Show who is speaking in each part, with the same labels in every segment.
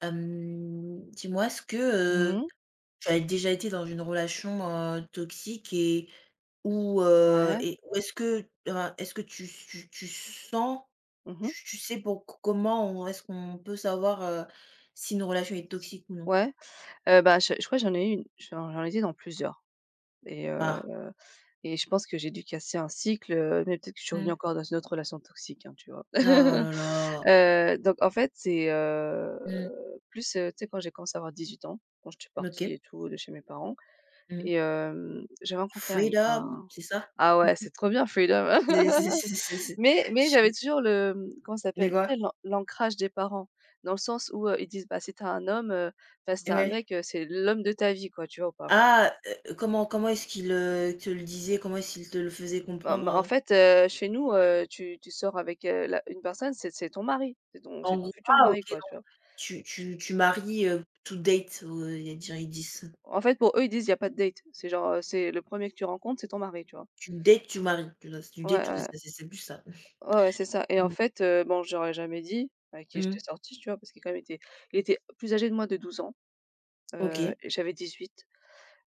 Speaker 1: Dis-moi, est-ce que,
Speaker 2: Mmh
Speaker 1: heu,
Speaker 2: mh.
Speaker 1: tu as déjà été dans une relation, toxique
Speaker 2: Ouais.
Speaker 1: et ou est-ce que tu sens
Speaker 2: Mmh mh.
Speaker 1: tu sais pour co comment on est-ce qu'on peut savoir, si une relation est
Speaker 2: C
Speaker 1: toxique ou non?
Speaker 2: Ouais, bah, je crois j'en ai eu une, j'en étais dans plusieurs et heu
Speaker 1: Ah.
Speaker 2: et je pense que j'ai dû casser un cycle, mais peut-être que je suis revenue
Speaker 1: Mmh.
Speaker 2: encore dans une autre relation toxique, hein, tu vois?
Speaker 1: Oh là là.
Speaker 2: Donc en fait, c'est,
Speaker 1: Mmh.
Speaker 2: plus, tu sais, quand j'ai commencé à avoir 18 ans, quand je suis partie
Speaker 1: OK.
Speaker 2: et tout de chez mes parents
Speaker 1: Mmh.
Speaker 2: et j'ai rencontré un
Speaker 1: Freedom,
Speaker 2: un
Speaker 1: c'est ça?
Speaker 2: Ah ouais, c'est trop bien Freedom!
Speaker 1: C'est c'est c'est c'est c'est
Speaker 2: Mais j'avais
Speaker 1: chi
Speaker 2: toujours le, comment ça
Speaker 1: de
Speaker 2: s'appelle? Tu
Speaker 1: quoi?
Speaker 2: sais l'ancrage des parents, dans le sens où, ils disent: «Bah, si tu un homme, enfin si tu un
Speaker 1: Ouais.
Speaker 2: mec, c'est l'homme de ta vie quoi», tu vois ou pas?
Speaker 1: Ah, comment est-ce qu'il, te le disait? Comment est-ce qu'il te le faisait
Speaker 2: Bah, mais en
Speaker 1: comprendre?
Speaker 2: fait, chez nous, tu sors avec, la une personne, c'est ton mari, c'est ton c'est
Speaker 1: En
Speaker 2: ton
Speaker 1: gros,
Speaker 2: futur
Speaker 1: ah OK,
Speaker 2: mari quoi, tu
Speaker 1: donc
Speaker 2: vois?
Speaker 1: tu maries, to date, ils disent.
Speaker 2: En fait, pour eux, ils disent: «Il y a pas de date». C'est genre, c'est le premier que tu rencontres, c'est ton mari, tu vois?
Speaker 1: Tu dates, tu maries. Tu vois? Tu dates,
Speaker 2: Ouais,
Speaker 1: tu
Speaker 2: ouais,
Speaker 1: c'est plus ça.
Speaker 2: ouais, ouais, c'est ça et en
Speaker 1: Mmh.
Speaker 2: fait, bon, je leur jamais dit avec qui
Speaker 1: Mmh.
Speaker 2: j'étais sortie, tu vois? Parce qu'il quand même était plus âgé de moi de 12 ans,
Speaker 1: OK.
Speaker 2: et j'avais 18.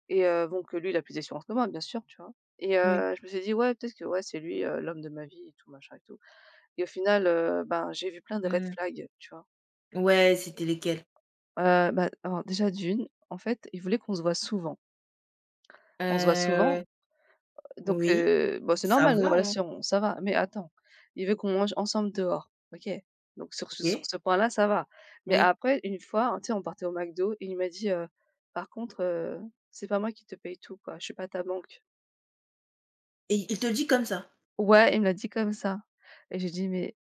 Speaker 2: Et bon que lui, il a plus d'expérience que moi, bien sûr, tu vois? Et
Speaker 1: Oui.
Speaker 2: je me suis dit: «Ouais, peut-être que ouais, c'est lui, l'homme de ma vie et tout machin et tout» et au final, ben, j'ai vu plein de red
Speaker 1: Mmh.
Speaker 2: flags, tu vois?
Speaker 1: Ouais, c'était lesquels?
Speaker 2: Bah, alors déjà d'une en fait, il voulait qu'on se voit souvent. On se voit souvent,
Speaker 1: Heu,
Speaker 2: donc
Speaker 1: oui,
Speaker 2: bon, c'est
Speaker 1: ça
Speaker 2: normal dans une
Speaker 1: va, hein.
Speaker 2: relation, ça va, mais attends, il veut qu'on mange ensemble dehors, OK? Donc sur ce sur
Speaker 1: OK,
Speaker 2: ce point-là, ça va. Mais
Speaker 1: oui,
Speaker 2: après, une fois, hein, tu sais, on partait au McDo et il m'a dit: «Par contre, c'est pas moi qui te paye tout, quoi, je suis pas ta banque».
Speaker 1: et il te le dit comme ça?
Speaker 2: Ouais, il me l'a dit comme ça et j'ai dit: «Mais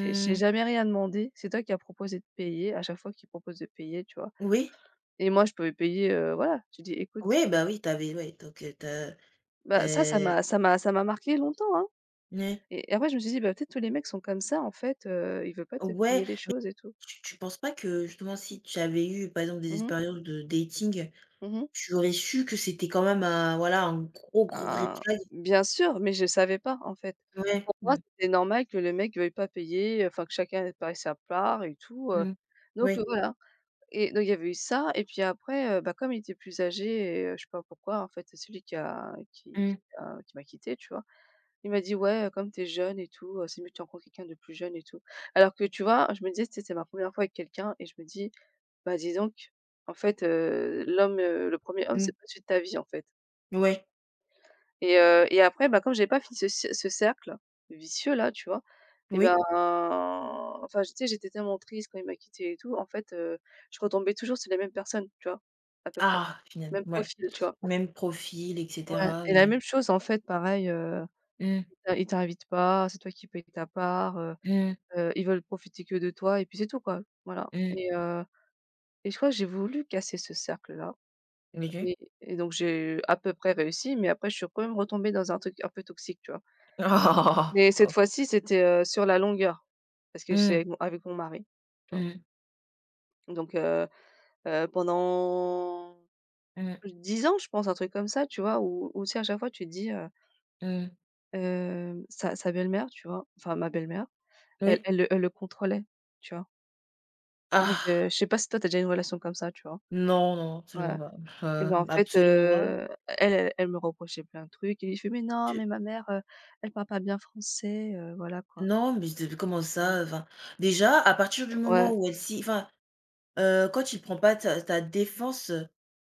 Speaker 2: j'ai jamais rien demandé, c'est toi qui as proposé de payer à chaque fois qu'il propose de payer», tu vois?
Speaker 1: oui.
Speaker 2: Et moi je pouvais payer, voilà, j'ai dit: «Écoute»,
Speaker 1: Oui, bah, oui, tu avais, ouais, donc tu as,
Speaker 2: bah, ça ça
Speaker 1: heu,
Speaker 2: m'a ça m'a ça m'a marqué longtemps, hein,
Speaker 1: ouais.
Speaker 2: et après je me suis dit: «Bah, peut-être tous les mecs sont comme ça en fait, ils veulent pas te
Speaker 1: Ouais,
Speaker 2: payer les choses et tout».
Speaker 1: tu tu penses pas que justement si tu avais eu, par exemple, des
Speaker 2: Mhm mhm.
Speaker 1: expériences de dating, j'aurais su que c'était quand même un, voilà, un gros, gros red
Speaker 2: Ah,
Speaker 1: flag.
Speaker 2: bien sûr, mais je savais pas en fait.
Speaker 1: Ouais.
Speaker 2: Pour moi,
Speaker 1: Mmh.
Speaker 2: c'était normal que le mec veuille pas payer, enfin que chacun ait pas sa part et tout,
Speaker 1: Mmh.
Speaker 2: donc
Speaker 1: Oui.
Speaker 2: voilà. Et donc il y avait eu ça et puis après, bah, comme il était plus âgé et je sais pas pourquoi en fait, c'est celui
Speaker 1: Mmh.
Speaker 2: qui m'a quitté, tu vois? Il m'a dit: «Ouais, comme t'es jeune et tout, c'est mieux que tu rencontres quelqu'un de plus jeune et tout». Alors que tu vois, je me disais, c'était ma première fois avec quelqu'un et je me dis: «Bah, dis donc, en fait, l'homme, le premier homme,
Speaker 1: Mmh.
Speaker 2: c'est pas celui de ta vie, en fait».
Speaker 1: Ouais.
Speaker 2: Et après, bah, comme j'ai pas fini ce cercle vicieux là, tu vois? Et ben,
Speaker 1: Oui.
Speaker 2: enfin, tu sais, j'étais tellement triste quand il m'a quittée et tout. En fait, je retombais toujours sur les mêmes personnes, tu vois? À peu près.
Speaker 1: Ah, finalement
Speaker 2: Même
Speaker 1: ouais.
Speaker 2: profil, tu vois?
Speaker 1: Même profil et
Speaker 2: Ouais
Speaker 1: cetera,
Speaker 2: et la
Speaker 1: et
Speaker 2: même chose, en fait, pareil,
Speaker 1: mmh.
Speaker 2: ils t'invitent pas, c'est toi qui payes ta part,
Speaker 1: Mmh.
Speaker 2: ils veulent profiter que de toi et puis c'est tout, quoi. Voilà
Speaker 1: Mmh.
Speaker 2: et je crois que j'ai voulu casser ce cercle-là
Speaker 1: OK.
Speaker 2: et et donc j'ai à peu près réussi, mais après je suis quand même retombée dans un truc un peu toxique, tu vois? Mais cette
Speaker 1: Oh!
Speaker 2: fois-ci, c'était, sur la longueur, parce que c'est
Speaker 1: Mmh.
Speaker 2: avec mon mari, tu vois?
Speaker 1: Mmh.
Speaker 2: Donc pendant
Speaker 1: Mmh.
Speaker 2: plus de 10 ans, je pense, un truc comme ça, tu vois? Où tu sais, à chaque fois, tu te dis,
Speaker 1: Mmh.
Speaker 2: sa belle-mère, tu vois? Enfin, ma belle-mère, elle
Speaker 1: Oui.
Speaker 2: elle le elle le contrôlait, tu vois? Donc
Speaker 1: Ah!
Speaker 2: je sais pas si toi, t'as déjà une relation comme ça, tu vois?
Speaker 1: Non, non,
Speaker 2: Ouais
Speaker 1: absolument pas.
Speaker 2: et ben, en fait,
Speaker 1: Absolument pas.
Speaker 2: elle me reprochait plein de trucs et lui, il fait: «Mais non,
Speaker 1: Tu
Speaker 2: mais ma mère, elle parle pas bien français», voilà quoi.
Speaker 1: non, mais de comment
Speaker 2: Mmh.
Speaker 1: ça? Enfin, déjà, à partir du moment
Speaker 2: Ouais.
Speaker 1: où elle s'y, enfin, quand il prend pas ta défense,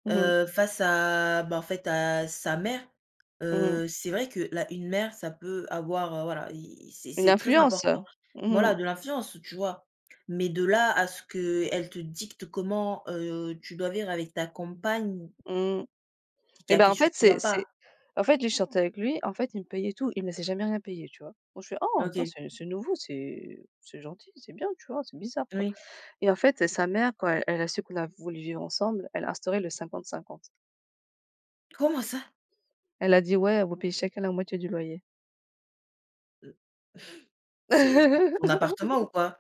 Speaker 2: Mmh mh.
Speaker 1: face à, bah, en fait, à sa mère,
Speaker 2: Mmh
Speaker 1: c'est vrai que la une mère, ça peut avoir, voilà, i c'est
Speaker 2: Une
Speaker 1: très
Speaker 2: influence?
Speaker 1: important.
Speaker 2: Mmh
Speaker 1: Voilà, de l'influence, tu vois? Mais de là à ce que elle te dicte comment, tu dois vivre avec ta compagne,
Speaker 2: mmh.
Speaker 1: qu'il
Speaker 2: Et
Speaker 1: y a
Speaker 2: ben,
Speaker 1: quelque
Speaker 2: en
Speaker 1: chose
Speaker 2: fait,
Speaker 1: qui va
Speaker 2: c'est
Speaker 1: pas?
Speaker 2: c'est en fait, j'ai chanté avec lui, en fait, il me payait tout. Il me laissait jamais rien payer, tu vois? Moi, je fais: «Oh, attends,
Speaker 1: OK,
Speaker 2: c'est nouveau, c'est gentil, c'est bien», tu vois? C'est bizarre, quoi
Speaker 1: oui.
Speaker 2: et en fait, sa mère, quand elle a su qu'on a voulu vivre ensemble, elle a instauré le 50/50.
Speaker 1: Comment ça?
Speaker 2: Elle a dit: «Ouais, vous payez chacun la moitié du loyer».
Speaker 1: Heu, c'est ton appartement ou quoi?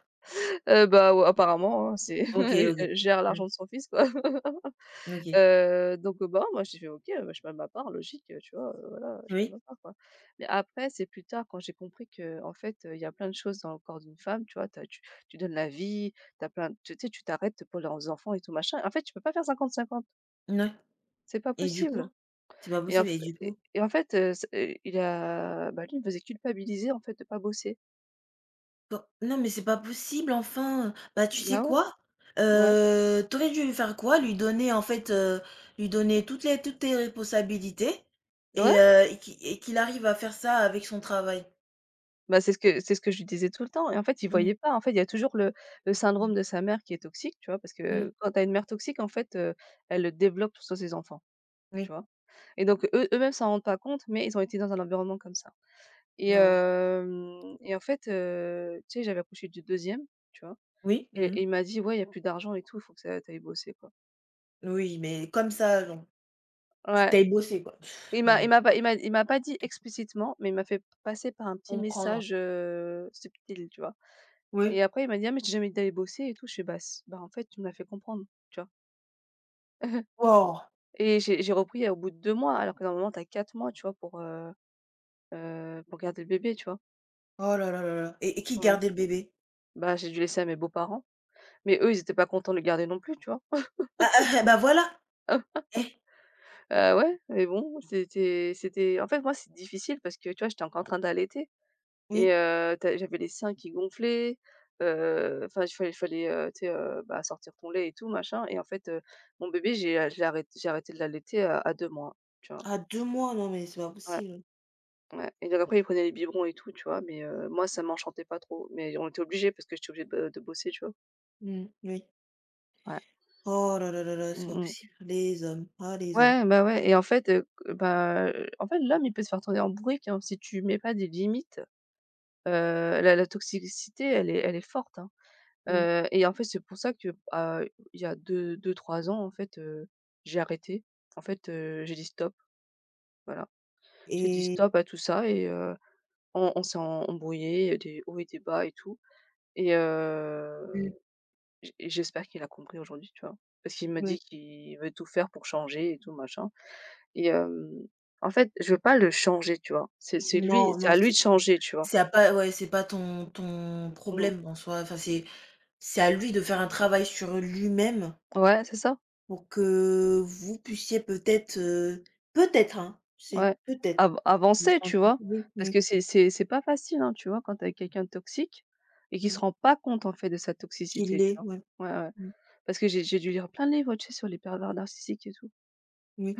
Speaker 2: Bah, ouais, apparemment, hein, c'est
Speaker 1: OK, OK.
Speaker 2: elle gère
Speaker 1: Mmh,
Speaker 2: l'argent de son fils, quoi.
Speaker 1: OK.
Speaker 2: Donc bah, moi j'ai fait: «OK, bah, je paie ma part, logique, tu vois? Voilà, je paie
Speaker 1: Oui,
Speaker 2: ma part, quoi». Mais après, c'est plus tard quand j'ai compris qu'en fait, il y a plein de choses dans le corps d'une femme, tu vois? Tu donnes la vie, tu as plein tu sais, tu t'arrêtes pour leurs enfants et tout machin. En fait, tu peux pas faire 50/50,
Speaker 1: mouais,
Speaker 2: c'est pas
Speaker 1: et du coup?
Speaker 2: possible
Speaker 1: C'est pas
Speaker 2: et en
Speaker 1: possible,
Speaker 2: f
Speaker 1: et du
Speaker 2: et
Speaker 1: coup?
Speaker 2: et en fait, c il a bah, lui, il me faisait culpabiliser en fait de pas bosser.
Speaker 1: Bah, non, mais c'est pas possible, enfin! Bah, tu sais
Speaker 2: Bah, ouais,
Speaker 1: quoi?
Speaker 2: ouais.
Speaker 1: Tu dû lui faire quoi? Lui donner, en fait, lui donner toutes les toutes tes responsabilités,
Speaker 2: Ouais.
Speaker 1: et qu'il, et qu'il arrive à faire ça avec son travail.
Speaker 2: Bah, c'est ce que je lui disais tout le temps et en fait, il
Speaker 1: Mmh,
Speaker 2: voyait pas. En fait, il y a toujours le
Speaker 1: mmh,
Speaker 2: syndrome de sa mère qui est toxique, tu vois? Parce
Speaker 1: mmh,
Speaker 2: que quand tu as une mère toxique, en fait, elle le développe sur ses enfants, tu
Speaker 1: oui.
Speaker 2: vois? Et donc eux-mêmes s'en rendent pas compte, mais ils ont été dans un environnement comme ça. Et
Speaker 1: Non,
Speaker 2: hem et en fait, tu sais, j'avais accouché du deuxième, tu vois?
Speaker 1: oui,
Speaker 2: Et
Speaker 1: mmh,
Speaker 2: et il m'a dit: «Ouais, il y a plus d'argent et tout, il faut que ça tu ailles bosser, quoi».
Speaker 1: oui, mais comme ça, non. Faut
Speaker 2: Ouais.
Speaker 1: que tu bosser quoi. Pff, non,
Speaker 2: Il
Speaker 1: mais
Speaker 2: m'a
Speaker 1: c'est
Speaker 2: pas
Speaker 1: pas
Speaker 2: il m'a
Speaker 1: possible.
Speaker 2: il m'a pas dit explicitement, mais il m'a fait passer par un petit
Speaker 1: Comprendre.
Speaker 2: message, subtil, tu vois?
Speaker 1: Oui.
Speaker 2: Et après il m'a dit: «Ah mais tu jamais d'aller bosser et tout». Je fais: «Bah s bah en fait tu me l'as fait comprendre», tu vois?
Speaker 1: Waouh!
Speaker 2: Et j'ai repris au bout de 2 mois, alors que normalement t'as 4 mois, tu vois, pour garder le bébé, tu vois?
Speaker 1: Oh là là là là, et qui
Speaker 2: Ouais.
Speaker 1: gardait le bébé?
Speaker 2: Bah j'ai dû laisser à mes beaux-parents, mais eux ils étaient pas contents de le garder non plus, tu vois?
Speaker 1: Ah, ah, ah, bah, voilà! Eh,
Speaker 2: Ouais, mais bon, c'était en fait moi c'est difficile parce que tu vois, j'étais encore en train d'allaiter. Et
Speaker 1: oui,
Speaker 2: tu j'avais les seins qui gonflaient, enfin il fallait, tu sais, bah, sortir ton lait et tout machin et en fait, mon bébé j'ai arrêté de l'allaiter à 2 mois, tu vois?
Speaker 1: à 2 mois, non mais c'est pas
Speaker 2: Ouais,
Speaker 1: possible.
Speaker 2: ouais et donc après il prenait les biberons et tout, tu vois? Mais moi ça m'enchantait pas trop, mais on était obligés parce que j'étais obligée de bosser, tu vois?
Speaker 1: Mmh, oui.
Speaker 2: Ouais.
Speaker 1: Oh là là là là, c'est
Speaker 2: Mmh
Speaker 1: pas
Speaker 2: mh.
Speaker 1: possible. Les hommes, ah les hommes.
Speaker 2: Ouais, bah, ouais et en fait, bah, en fait l'homme il peut se faire tourner en bourrique, hein, si tu mets pas des limites, heu, la toxicité elle est forte, hein.
Speaker 1: Mmh.
Speaker 2: Et en fait, c'est pour ça que, il y a deux, trois ans, en fait, j'ai arrêté. En fait, j'ai dit: «Stop», voilà. J'ai dit:
Speaker 1: Et
Speaker 2: «Stop» à tout ça et on s'est embrouillé, il y a des hauts et des bas et tout et
Speaker 1: mmh,
Speaker 2: j'espère qu'il a compris aujourd'hui, tu vois? Parce qu'il me dit
Speaker 1: ouais.
Speaker 2: qu'il veut tout faire pour changer et tout machin et en fait, je veux pas le changer, tu vois? C'est lui,
Speaker 1: Non,
Speaker 2: c'est
Speaker 1: non,
Speaker 2: à lui de changer, tu vois?
Speaker 1: c'est à pas, ouais, c'est pas ton
Speaker 2: Mmh.
Speaker 1: problème en soi. Enfin, c'est à lui de faire un travail sur lui-même
Speaker 2: Ouais, c'est ça.
Speaker 1: pour que vous puissiez peut-être, peut-être, hein, c'est
Speaker 2: Ouais,
Speaker 1: peut-être
Speaker 2: av
Speaker 1: vous
Speaker 2: avancer, tu
Speaker 1: sentir,
Speaker 2: vois?
Speaker 1: oui,
Speaker 2: Parce
Speaker 1: oui,
Speaker 2: que c'est pas facile, hein, tu vois? Quand t'as quelqu'un de toxique et qui se
Speaker 1: mmh,
Speaker 2: rend pas compte, en fait, de sa
Speaker 1: qu'il
Speaker 2: toxicité, tu
Speaker 1: l'est,
Speaker 2: vois?
Speaker 1: ouais,
Speaker 2: Ouais, ouais,
Speaker 1: mmh,
Speaker 2: parce que j'ai dû lire plein de livres, tu sais, sur les pervers narcissiques et tout
Speaker 1: oui.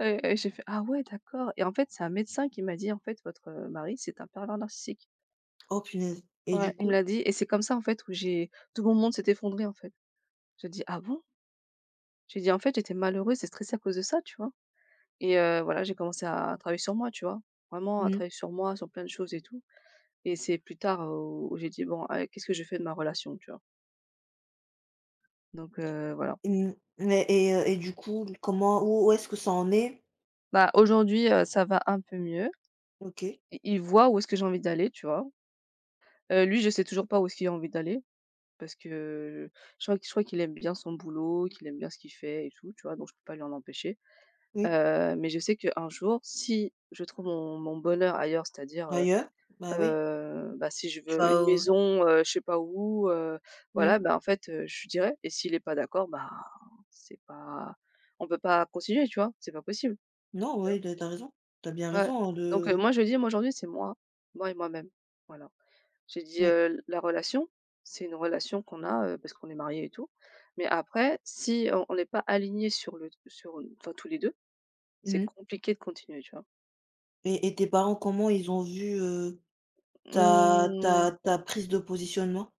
Speaker 2: et j'ai fait: «Ah ouais, d'accord» et en fait, c'est un médecin qui m'a dit: «En fait, votre, mari, c'est un pervers narcissique».
Speaker 1: Oh punaise, et
Speaker 2: Ouais,
Speaker 1: du
Speaker 2: il me
Speaker 1: coup?
Speaker 2: l'a dit et c'est comme ça, en fait, où j'ai tout mon monde s'est effondré, en fait. J'ai dit: «Ah bon?» J'ai dit: «En fait, j'étais malheureuse et stressée à cause de ça», tu vois? Et voilà, j'ai commencé à travailler sur moi, tu vois? Vraiment à
Speaker 1: Mmh.
Speaker 2: travailler sur moi, sur plein de choses et tout. Et c'est plus tard où j'ai dit: «Bon, allez, qu'est-ce que je fais de ma relation?» tu vois? Donc voilà.
Speaker 1: Mmh, mais et du coup, comment, où où est-ce que ça en est?
Speaker 2: Bah, aujourd'hui, ça va un peu mieux.
Speaker 1: OK,
Speaker 2: I il voit où est-ce que j'ai envie d'aller, tu vois? Lui, je sais toujours pas où est-ce qu'il a envie d'aller parce que je crois qu'il aime bien son boulot, qu'il aime bien ce qu'il fait et tout, tu vois? Donc je peux pas lui en empêcher.
Speaker 1: oui.
Speaker 2: Mais je sais qu'un jour, si je trouve mon bonheur ailleurs, c'est-à-dire,
Speaker 1: Ailleurs? Bah, oui.
Speaker 2: Bah, si je
Speaker 1: Tu vas
Speaker 2: veux une
Speaker 1: au...
Speaker 2: maison, je sais pas où,
Speaker 1: Mmh.
Speaker 2: voilà, bah, en fait, je lui dirais et s'il est pas d'accord, bah, c'est pas on peut pas continuer, tu vois? C'est pas possible,
Speaker 1: Non,
Speaker 2: tu vois?
Speaker 1: oui, tu as raison. Tu as bien
Speaker 2: Ouais.
Speaker 1: raison, hein,
Speaker 2: Donc
Speaker 1: de
Speaker 2: moi, je dis «Moi, aujourd'hui, c'est moi, moi et moi-même». Voilà. J'ai dit:
Speaker 1: oui.
Speaker 2: La relation, c'est une relation qu'on a, parce qu'on est mariés et tout, mais après, si on n'est pas aligné sur le sur enfin, tous les 2 c'est
Speaker 1: Mmh.
Speaker 2: compliqué de continuer», tu vois?
Speaker 1: Et tes parents, comment ils ont vu, ta
Speaker 2: Mmh,
Speaker 1: ta prise de positionnement?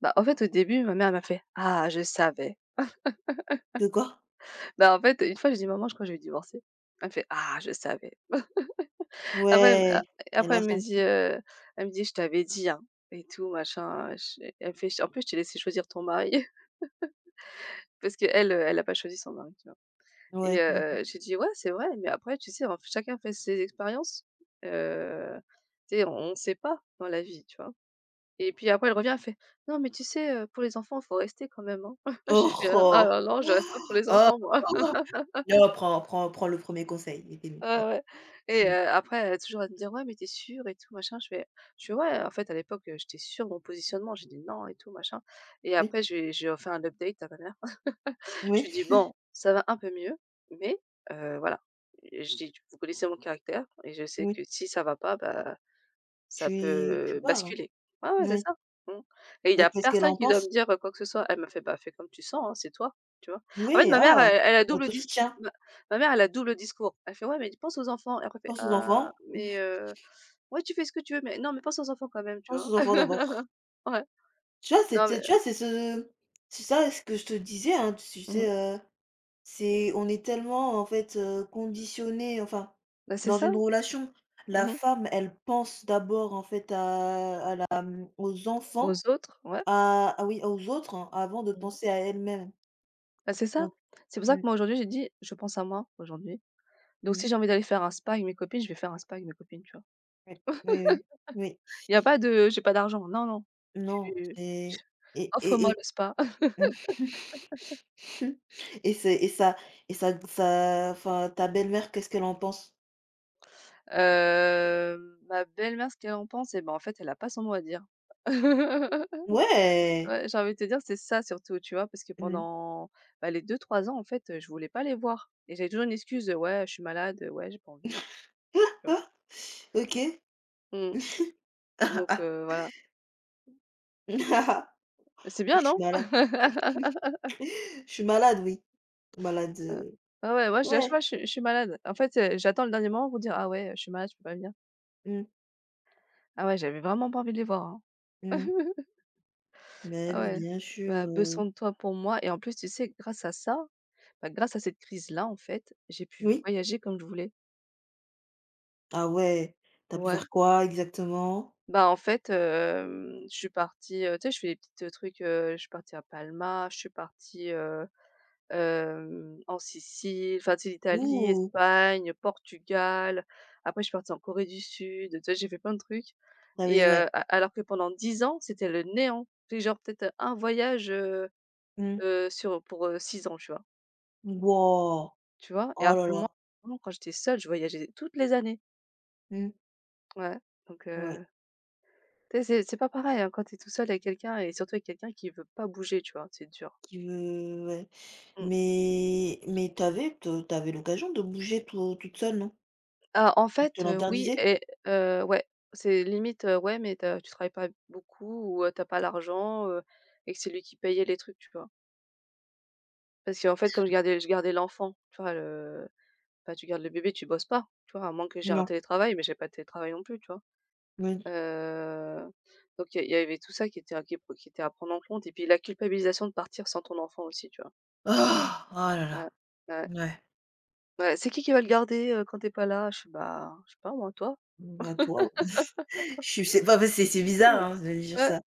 Speaker 2: bah, en fait, au début, ma mère elle m'a fait: «Ah, je savais».
Speaker 1: De quoi?
Speaker 2: Bah, en fait, une fois, j'ai dit: «Maman, je crois que je vais divorcer». Elle me fait: «Ah, je savais». Après, elle me
Speaker 1: Ouais,
Speaker 2: a
Speaker 1: elle
Speaker 2: après
Speaker 1: a
Speaker 2: elle me dit,
Speaker 1: senti.
Speaker 2: heu, elle me dit: «Je t'avais dit, hein, et tout machin». Je Elle me fait: «En plus, je t'ai laissé choisir ton mari». Parce qu'elle, elle a pas choisi son mari, tu vois? Et
Speaker 1: Ouais. Mmh mh.
Speaker 2: j'ai dit: «Ouais, c'est vrai, mais après, tu sais, en chacun fait ses expériences, heu, tu sais, on ne sait pas dans la vie», tu vois? Et puis après, elle revient, elle fait: «Non, mais tu sais, pour les enfants, il faut rester quand même, hein». J'ai
Speaker 1: Oh
Speaker 2: fait: «Ah
Speaker 1: oh!
Speaker 2: non, non, je reste pas pour les
Speaker 1: Oh!
Speaker 2: enfants, moi».
Speaker 1: Non, prends prends le premier conseil, il était mieux.
Speaker 2: Ouais, ouais et
Speaker 1: Il mmh.
Speaker 2: après, elle a toujours à me dire: «Ouais, mais t'es es sûre et tout machin?» Je fais je fais: «Ouais». En fait, à l'époque, j'étais sûre de mon positionnement. J'ai dit: «Non» et tout machin et
Speaker 1: Oui,
Speaker 2: après je lui un update à ma mère. Je lui
Speaker 1: oui,
Speaker 2: ai dit: «Bon, ça va un peu mieux, mais voilà». Et je dis: «Vous connaissez mon caractère et je sais que
Speaker 1: oui.
Speaker 2: si ça va pas, bah». Ça
Speaker 1: Tu tu
Speaker 2: peut
Speaker 1: pars, hein?
Speaker 2: basculer. Ouais, ouais, c'est
Speaker 1: Oui.
Speaker 2: ça. Mmh, et il y
Speaker 1: Et
Speaker 2: a
Speaker 1: qu'est-ce qu'elle
Speaker 2: personne
Speaker 1: en
Speaker 2: qui doit
Speaker 1: pense?
Speaker 2: me dire, quoi que ce soit. Elle m'a fait: «Bah, fais comme tu sens, hein, c'est toi», tu vois? En fait,
Speaker 1: Oui,
Speaker 2: ma mère,
Speaker 1: ah!
Speaker 2: elle elle a
Speaker 1: Elle
Speaker 2: double
Speaker 1: te
Speaker 2: dis
Speaker 1: soutient.
Speaker 2: ma ma mère, elle a double discours. Elle fait: «Ouais, mais pense aux enfants» et après elle fait:
Speaker 1: Pense aux
Speaker 2: «Ah,
Speaker 1: enfants,
Speaker 2: mais ouais, tu fais ce que tu veux, mais non, mais pense aux enfants quand même», tu
Speaker 1: pense
Speaker 2: vois?
Speaker 1: aux enfants d'abord.
Speaker 2: Ouais,
Speaker 1: Tu vois,
Speaker 2: non, mais
Speaker 1: c'était tu vois, c'est ce c'est ça ce que je te disais, hein, tu
Speaker 2: mmh.
Speaker 1: sais, c'est on est tellement, en fait, conditionnés, enfin,
Speaker 2: Bah, c'est
Speaker 1: dans
Speaker 2: ça.
Speaker 1: une relation, la
Speaker 2: Mmh.
Speaker 1: femme, elle pense d'abord, en fait, à la, mmh, aux enfants,
Speaker 2: Aux autres, ouais.
Speaker 1: à ah oui, aux autres, hein, avant de
Speaker 2: Mmh.
Speaker 1: penser à elle-même.
Speaker 2: Bah, c'est ça.
Speaker 1: Donc
Speaker 2: C'est pour ça que
Speaker 1: mmh,
Speaker 2: moi, aujourd'hui, j'ai dit: «Je pense à moi, aujourd'hui». Donc
Speaker 1: mmh,
Speaker 2: si j'ai envie d'aller faire un spa avec mes copines, je vais faire un spa avec mes copines, tu vois?
Speaker 1: oui, oui, oui, oui,
Speaker 2: Il y a pas de: «J'ai pas d'argent», non, non.
Speaker 1: non
Speaker 2: Tu
Speaker 1: et
Speaker 2: «Offre-moi le spa».
Speaker 1: et et c'est et ça ça, enfin, ta belle-mère, qu'est-ce qu'elle en pense?
Speaker 2: Ma belle-mère, ce qu'elle en pense et ben, en fait, elle a pas son mot à dire.
Speaker 1: Ouais!
Speaker 2: Ouais, j'ai envie de te dire, c'est ça surtout, tu vois? Parce que
Speaker 1: Mmh.
Speaker 2: pendant, bah, les deux trois ans, en fait, je voulais pas les voir et j'avais toujours une excuse: «Ouais, je suis malade, ouais, j'ai pas envie et tout», tu vois?
Speaker 1: Ah! OK.
Speaker 2: Mmh,
Speaker 1: Ah,
Speaker 2: donc
Speaker 1: ah.
Speaker 2: voilà. C'est bien,
Speaker 1: Je suis
Speaker 2: non?
Speaker 1: malade. Je suis malade, oui. Malade,
Speaker 2: Ah ouais, moi, je dis à
Speaker 1: ouais.
Speaker 2: chaque fois: «Je suis malade». En fait, j'attends le dernier moment pour dire: «Ah ouais, je suis malade, je peux pas venir».
Speaker 1: Mmh,
Speaker 2: Ah ouais, j'avais vraiment pas envie de les voir, hein.
Speaker 1: mmh. Bah,
Speaker 2: Ah
Speaker 1: oui,
Speaker 2: ouais,
Speaker 1: bien sûr,
Speaker 2: bah, besoin de toi pour moi et en plus, tu sais, grâce à ça, bah, grâce à cette crise-là, en fait, j'ai pu
Speaker 1: oui?
Speaker 2: voyager comme je voulais.
Speaker 1: Ah ouais, t'as pu
Speaker 2: Ouais.
Speaker 1: faire quoi exactement?
Speaker 2: Bah, en fait, je suis partie, tu sais, je fais des petits trucs, je suis partie à Palma, je suis partie, en Sicile, enfin, tu sais, l'Italie,
Speaker 1: Ouh!
Speaker 2: Espagne, Portugal. Après, je suis partie en Corée du Sud, tu sais j'ai fait plein de trucs et
Speaker 1: T'avais ouais.
Speaker 2: a alors que pendant 10 ans, c'était le néant. Tu genre peut-être un voyage,
Speaker 1: Mmh.
Speaker 2: sur pour, 6 ans, tu vois?
Speaker 1: Waouh!
Speaker 2: Tu vois? Et
Speaker 1: Oh
Speaker 2: alors
Speaker 1: là
Speaker 2: que
Speaker 1: là.
Speaker 2: moi, vraiment, quand j'étais seule, je voyageais toutes les années.
Speaker 1: Mmh.
Speaker 2: Ouais, donc
Speaker 1: Ouais,
Speaker 2: tu sais, c'est pas pareil, hein, quand t'es tout seul avec quelqu'un et surtout avec quelqu'un qui veut pas bouger, tu vois? C'est dur.
Speaker 1: qui veut ouais.
Speaker 2: Mmh.
Speaker 1: Mais t'avais avais te tu l'occasion de bouger toute seule, non?
Speaker 2: Ah, en
Speaker 1: On te
Speaker 2: fait, oui
Speaker 1: l'interdisait?
Speaker 2: et ouais, c'est limite, ouais, mais tu travailles pas beaucoup ou tu pas l'argent, et que c'est lui qui payait les trucs, tu vois? Parce qu'en fait, comme je gardais l'enfant, tu vois? Le Bah, tu gardes le bébé, tu bosses pas, tu vois? À moins que j'ai un
Speaker 1: Non.
Speaker 2: télétravail, mais j'ai pas de télétravail non plus, tu vois?
Speaker 1: Mais...
Speaker 2: Heu, donc il y avait tout ça qui était à prendre en compte et puis la culpabilisation de partir sans ton enfant aussi, tu vois?
Speaker 1: ah. Oh là
Speaker 2: Ouais,
Speaker 1: là.
Speaker 2: ouais,
Speaker 1: Ouais.
Speaker 2: ouais. «C'est qui va le garder, quand t'es pas là?» Je sais. «Bah, je sais pas moi, toi».
Speaker 1: Bah, toi. Je sais pas, bah, c'est
Speaker 2: Mmh.
Speaker 1: bizarre, hein, de dire
Speaker 2: Ouais,
Speaker 1: ça.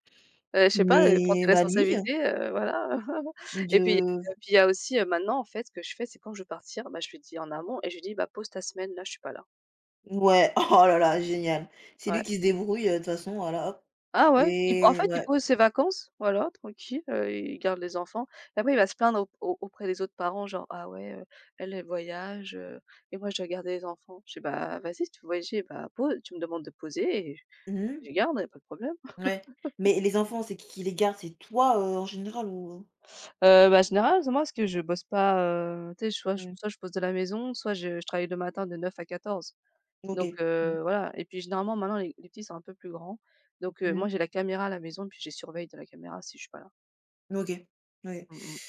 Speaker 2: je sais pas, prends tes
Speaker 1: Mais bah, lui,
Speaker 2: responsabilités, voilà. Et puis et
Speaker 1: de
Speaker 2: puis il y a aussi, maintenant en fait, ce que je fais, c'est quand je veux partir, bah, je lui dis en amont et je lui dis: «Bah, pose ta semaine là, je suis pas là».
Speaker 1: ouais, oh là là, génial. C'est
Speaker 2: Ouais.
Speaker 1: lui qui se débrouille, de toute façon, voilà, hop
Speaker 2: Ah ouais? Il En
Speaker 1: et
Speaker 2: fait, il
Speaker 1: ouais.
Speaker 2: pose ses vacances, voilà, tranquille, il garde les enfants et après il va se plaindre au auprès des autres parents, genre: «Ah ouais, elle, elle voyage, et moi je dois garder les enfants». Je dis: «Bah vas-y, si tu veux voyager, bah pose, tu me demandes de poser et
Speaker 1: Mmh.
Speaker 2: je garde, y a pas de problème».
Speaker 1: Ouais. Mais les enfants, c'est qui les garde? C'est toi, en général ou
Speaker 2: Bah en général, moi parce que je bosse pas, tu sais, soit je
Speaker 1: mmh,
Speaker 2: soit je bosse de la maison, soit je travaille le matin de 9 à 14. Donc
Speaker 1: OK. Mmh.
Speaker 2: voilà et puis généralement maintenant les petits sont un peu plus grands, donc
Speaker 1: Mmh.
Speaker 2: moi j'ai la caméra à la maison puis je les surveille de la caméra si je suis pas là.
Speaker 1: OK. Ouais.
Speaker 2: Mmh mmh.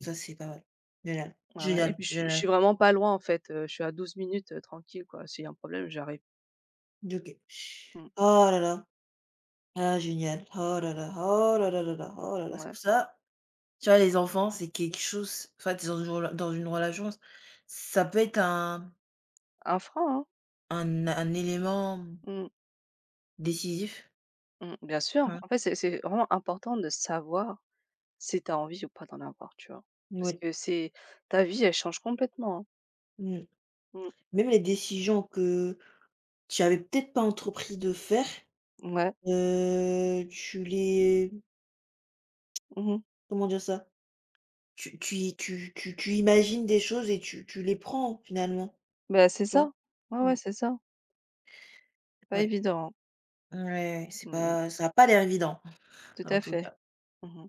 Speaker 1: Ça, c'est pas mal. Génial,
Speaker 2: Ouais, ouais et
Speaker 1: génial,
Speaker 2: puis je suis
Speaker 1: génial.
Speaker 2: vraiment pas loin en fait, je suis à 12 minutes, tranquille quoi. S'il y a un problème, j'arrive.
Speaker 1: OK.
Speaker 2: Mmh,
Speaker 1: Oh là là. Ah génial. Oh là là, oh là là là là, oh là là. C'est
Speaker 2: ouais.
Speaker 1: pour ça tu vois, les enfants, c'est quelque chose, enfin, tu es dans une rela dans une relation, ça peut être
Speaker 2: 1 franc, hein?
Speaker 1: un élément
Speaker 2: Mmh,
Speaker 1: décisif.
Speaker 2: mmh, bien sûr.
Speaker 1: Ouais,
Speaker 2: En fait, c'est vraiment important de savoir si tu as envie ou pas d'en avoir, tu vois? Parce
Speaker 1: ouais,
Speaker 2: que c'est ta vie, elle change complètement, hein.
Speaker 1: mmh.
Speaker 2: Mmh,
Speaker 1: Même les décisions que tu avais peut-être pas entrepris de faire,
Speaker 2: ouais.
Speaker 1: tu les
Speaker 2: Mmh.
Speaker 1: comment dire ça? Tu tu y tu tu tu imagines des choses et tu tu les prends finalement,
Speaker 2: Bah, c'est
Speaker 1: tu
Speaker 2: ça.
Speaker 1: vois?
Speaker 2: Ouais,
Speaker 1: Mmh,
Speaker 2: ouais, c'est ça. Pas
Speaker 1: ouais,
Speaker 2: évident, hein.
Speaker 1: ouais, ouais, c'est
Speaker 2: Mmh.
Speaker 1: pas ça a pas l'air évident,
Speaker 2: Tout
Speaker 1: en
Speaker 2: à
Speaker 1: tout
Speaker 2: fait.
Speaker 1: cas.
Speaker 2: Mmh.